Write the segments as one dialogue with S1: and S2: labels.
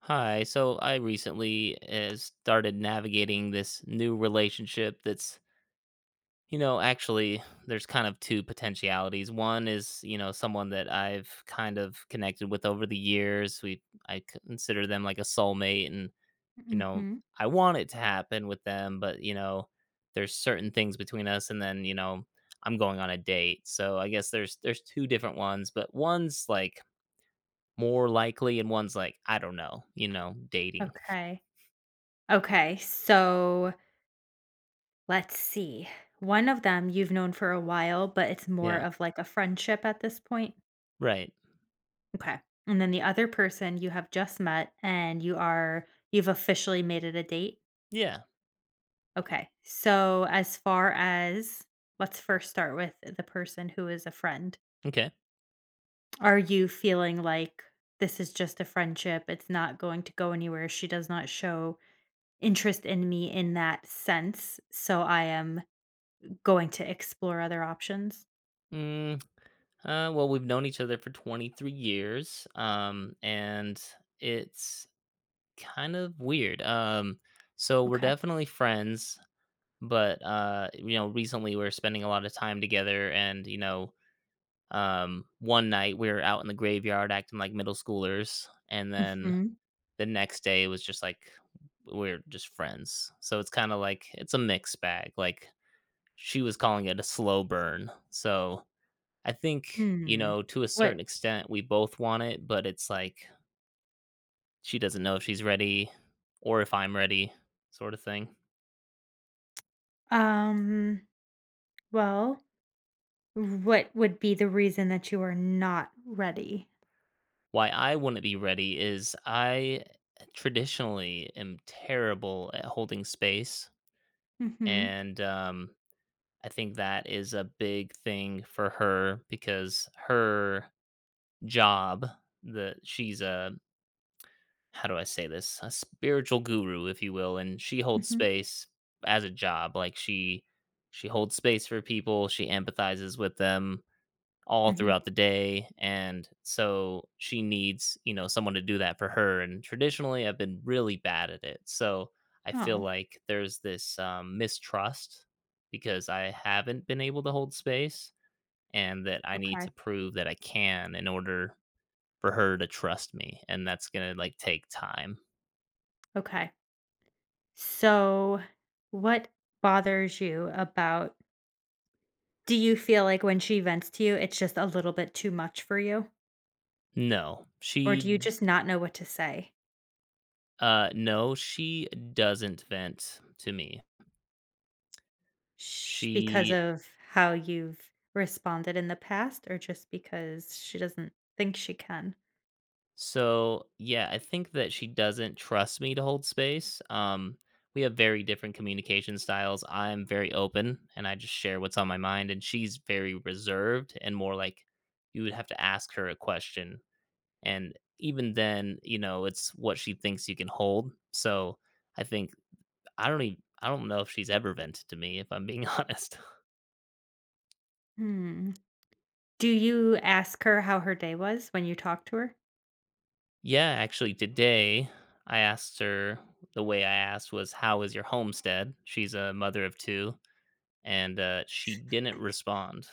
S1: Hi. So I recently started navigating this new relationship that's, actually there's kind of two potentialities. One is, you know, someone that I've kind of connected with over the years. We I consider them like a soulmate and, you know,
S2: Mhm.
S1: I want it to happen with them, but, you know, there's certain things between us and then, you know, I'm going on a date. So I guess there's two different ones, but one's like more likely and one's like I don't know, you know, dating.
S2: Okay. Okay. So let's see. One of them you've known for a while, but it's more
S1: Yeah.
S2: of like a friendship at this point.
S1: Right.
S2: Okay. And then the other person you have just met and you are, you've officially made it a date.
S1: Yeah.
S2: Okay. So as far as, let's first start with the person who is a friend.
S1: Okay.
S2: Are you feeling like this is just a friendship? It's not going to go anywhere. She does not show interest in me in that sense. So I am going to explore other options?
S1: Mm, well, we've known each other for 23 years, and it's kind of weird. So we're
S2: Okay.
S1: definitely friends, but you know, recently we are spending a lot of time together, and you know, one night we were out in the graveyard acting like middle schoolers, and then
S2: Mhm.
S1: the next day it was just like we're just friends. So it's kind of like it's a mixed bag. Like she was calling it a slow burn, so. I think, you
S2: Hmm.
S1: know, to a
S2: What
S1: certain extent, we both want it, but it's like she doesn't know if she's ready or if I'm ready, sort of thing.
S2: um, well, what would be the reason that you are not ready?
S1: Why I wouldn't be ready is I traditionally am terrible at holding space.
S2: Mhm.
S1: And I think that is a big thing for her because her job, that she's a how do I say this? A spiritual guru, if you will, and she holds
S2: Mhm.
S1: space as a job. Like she holds space for people, she empathizes with them all
S2: Mhm.
S1: throughout the day. And so she needs, you know, someone to do that for her. And traditionally I've been really bad at it. So I feel
S2: Oh,
S1: like there's this mistrust because I haven't been able to hold space and that I need
S2: okay.
S1: to prove that I can in order for her to trust me. And that's gonna like take time.
S2: Okay. So, what bothers you about do you feel like when she vents to you, it's just a little bit too much for you?
S1: No,
S2: Or do you
S1: she
S2: just not know what to say?
S1: no, she doesn't vent to me.
S2: Sh because
S1: She
S2: of how you've responded in the past, or just because she doesn't think she can?
S1: so yeah, I think that she doesn't trust me to hold space. We have very different communication styles. I'm very open and I just share what's on my mind, and she's very reserved and more like you would have to ask her a question. And even then, you know, it's what she thinks you can hold. So I think I don't know if she's ever vented to me, if I'm being honest.
S2: Hmm. Do you ask her how her day was when you talk to her?
S1: Yeah, actually, today I asked her the way I asked was, "How is your homestead?" She's a mother of two, and she didn't respond.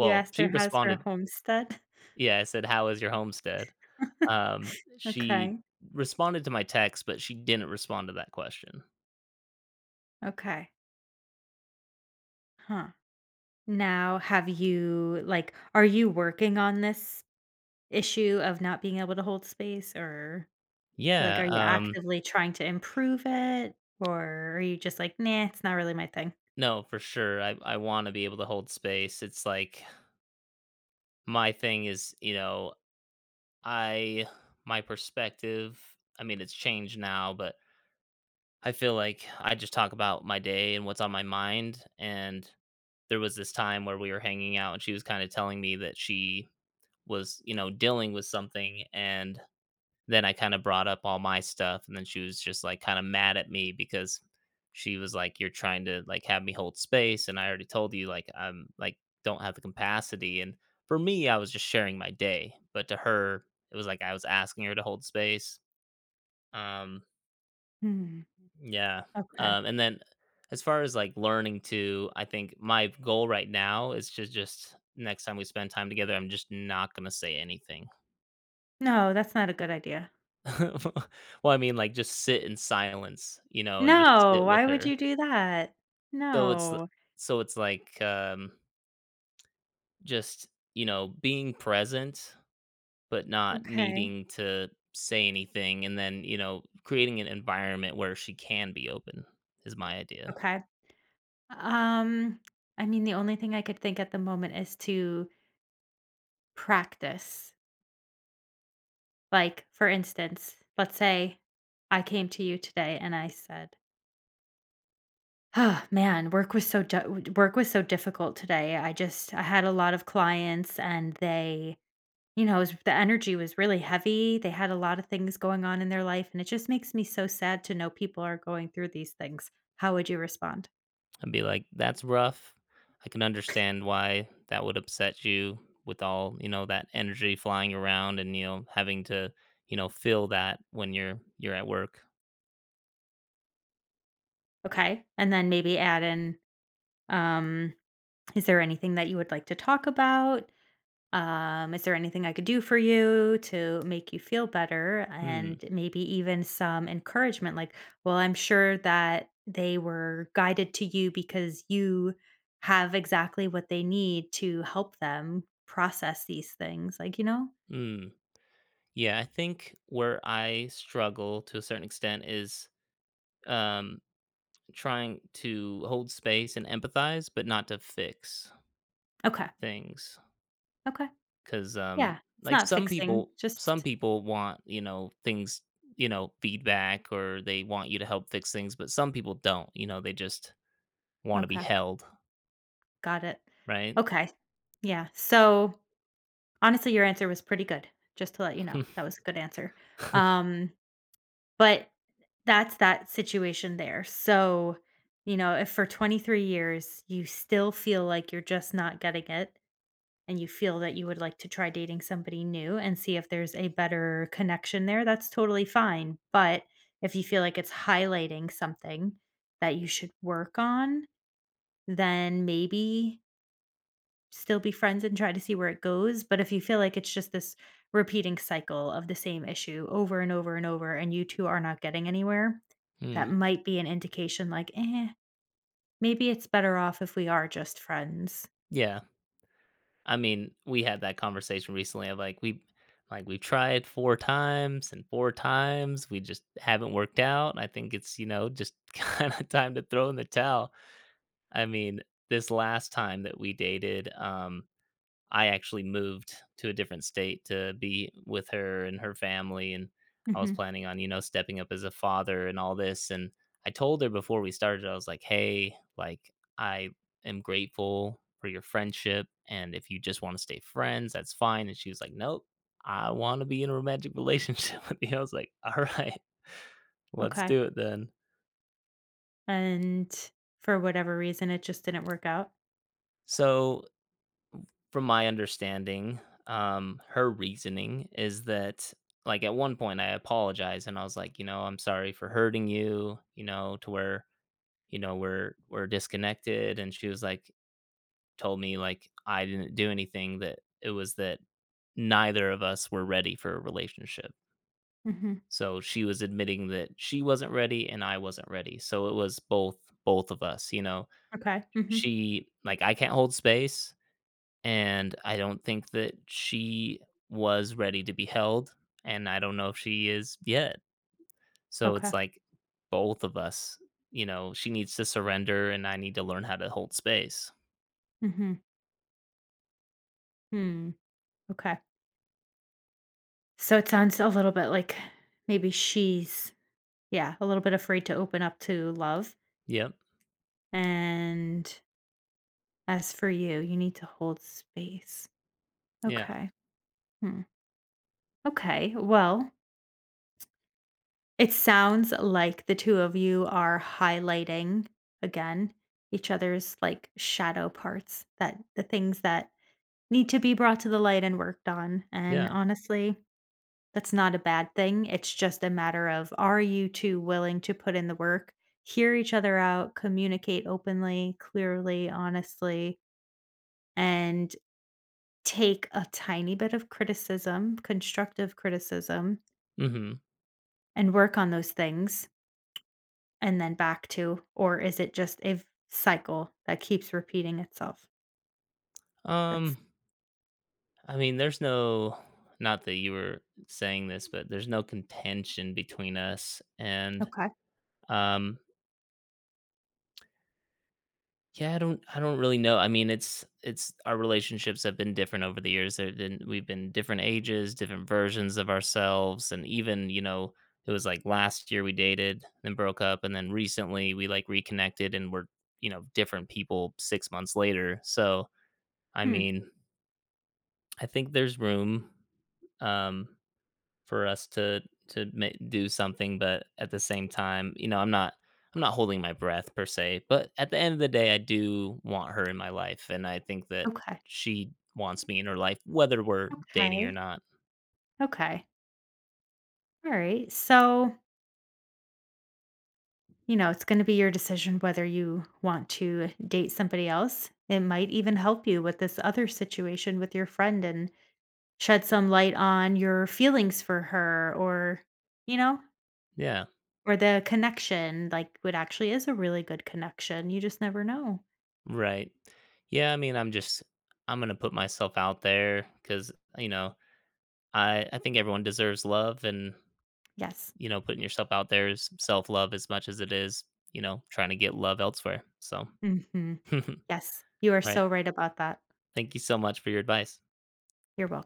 S2: You asked
S1: she
S2: her, "How's her
S1: responded.
S2: homestead?"
S1: Yeah, I said, "How is your homestead?" She
S2: Okay,
S1: responded to my text, but she didn't respond to that question.
S2: okay, huh. Now, have you like, are you working on this issue of not being able to hold space, or, like,
S1: Yeah,
S2: are you actively trying to improve it, or are you just like, "Nah, it's not really my thing?"
S1: no, for sure. I want to be able to hold space. It's like my thing is, you know, I, my perspective, I mean, it's changed now, but I feel like I just talk about my day and what's on my mind, and there was this time where we were hanging out, and she was kinda telling me that she was, you know, dealing with something, and then I kinda brought up all my stuff, and then she was just, like, kinda mad at me because she was like, "You're trying to, like, have me hold space, and I already told you, like, I'm like, don't have the capacity," and for me, I was just sharing my day, but to her, it was like I was asking her to hold space, um
S2: Hmm,
S1: yeah.
S2: okay.
S1: And then as far as like learning to, I think my goal right now is to just next time we spend time together, I'm just not going to say anything.
S2: No, that's not a good idea.
S1: Well, I mean, like just sit in silence, you know, and just
S2: No,
S1: sit with
S2: why would you
S1: her.
S2: do that?
S1: So it's, th-
S2: No.
S1: so it's like just, you know, being present, but not
S2: Okay.
S1: needing to say anything. And then, you know, creating an environment where she can be open is my idea.
S2: Okay. Um, I mean, the only thing I could think at the moment is to practice. Like, for instance, let's say I came to you today and I said, "Oh, man, work was so work was so difficult today. I just I had a lot of clients and they you know, it was the energy was really heavy. They had a lot of things going on in their life, and it just makes me so sad to know people are going through these things. How would you respond?
S1: I'd be like, "That's rough. I can understand why that would upset you with all, you know, that energy flying around and, you know, having to, you know, feel that when you're at work."
S2: Okay. And then maybe add in, um, is there anything that you would like to talk about? Is there anything I could do for you to make you feel better?
S1: Mm,
S2: And maybe even some encouragement, like, well, I'm sure that they were guided to you because you have exactly what they need to help them process these things. Like, you know?
S1: mm. Yeah, I think where I struggle to a certain extent is um trying to hold space and empathize, but not to fix
S2: Okay.
S1: things.
S2: Okay.
S1: 'Cause,
S2: Yeah. It's
S1: like,
S2: not
S1: some
S2: fixing,
S1: people some
S2: just
S1: people want, you know, things you know, feedback or they want you to help fix things, but some people don't, you know, they just wanna be
S2: okay.
S1: held,
S2: Got it.
S1: right?
S2: Okay. Yeah. So honestly, your answer was pretty good, just to let you know. That was a good answer. Um, But that's that situation there. So, you know, if for 23 years you still feel like you're just not getting it and you feel that you would like to try dating somebody new and see if there's a better connection there, that's totally fine. But if you feel like it's highlighting something that you should work on, then maybe still be friends and try to see where it goes. But if you feel like it's just this repeating cycle of the same issue over and over and over, and you two are not getting anywhere, that
S1: Mm,
S2: might be an indication like, eh, maybe it's better off if we are just friends.
S1: yeah. I mean, we had that conversation recently of, like, we tried 4 times and 4 times, we just haven't worked out. I think it's, you know, just kinda time to throw in the towel. I mean, this last time that we dated, I actually moved to a different state to be with her and her family, and I was
S2: Hmm.
S1: planning on, you know, stepping up as a father and all this. And I told her before we started, I was like, "Hey, like, I am grateful for your friendship. And if you just want to stay friends, that's fine." And she was like, "Nope, I want to be in a romantic relationship with you." I was like, "All right, let's
S2: Okay.
S1: do it then."
S2: And for whatever reason, it just didn't work out.
S1: So from my understanding, her reasoning is that, like, at one point I apologized and I was like, you know, I'm sorry for hurting you, you know, to where, you know, we're disconnected. And she was like, told me like I didn't do anything, that it was that neither of us were ready for a relationship.
S2: Hmm.
S1: So she was admitting that she wasn't ready and I wasn't ready. So it was both of us, you know.
S2: Okay. Hmm.
S1: She like I can't hold space and I don't think that she was ready to be held, and I don't know if she is yet. So it's
S2: Okay.
S1: like both of us, you know, she needs to surrender, and I need to learn how to hold space.
S2: Hmm. Hmm. Okay. So it sounds a little bit like maybe she's, yeah, a little bit afraid to open up to love.
S1: Yep.
S2: And as for you, you need to hold space.
S1: Yeah.
S2: Okay. Hmm. Okay. Well, it sounds like the two of you are highlighting again each other's like shadow parts that the things that need to be brought to the light and worked on. And
S1: Yeah.
S2: honestly, that's not a bad thing. It's just a matter of are you two willing to put in the work, hear each other out, communicate openly, clearly, honestly, and take a tiny bit of criticism, constructive criticism,
S1: Hmm.
S2: and work on those things and then back to, or is it just a cycle that keeps repeating itself? That's
S1: Um. I mean, there's no. Not that you were saying this, but there's no contention between us, and
S2: okay.
S1: um, yeah, I don't really know. I mean, it's our relationships have been different over the years. There been We've been different ages, different versions of ourselves and even, you know, it was like last year we dated, then broke up and then recently we like reconnected and we're, you know, different people 6 months later. So, I
S2: Hmm.
S1: mean, I think there's room. Um for us to do something, but at the same time, you know, I'm not holding my breath per se, but at the end of the day, I do want her in my life, and I think that
S2: Okay.
S1: she wants me in her life whether we're dating or
S2: Okay.
S1: not.
S2: Okay. All right. So, you know, it's going to be your decision whether you want to date somebody else. It might even help you with this other situation with your friend and shed some light on your feelings for her or, you know,
S1: Yeah.
S2: or the connection, like, what actually is a really good connection, you just never know.
S1: Right. Yeah, I mean, I'm gonna put myself out there because you know I think everyone deserves love, and
S2: Yes.
S1: you know, putting yourself out there is self-love as much as it is, you know, trying to get love elsewhere, so
S2: Mhm. Yes. You are
S1: right.
S2: so right about that.
S1: Thank you so much for your advice.
S2: You're welcome.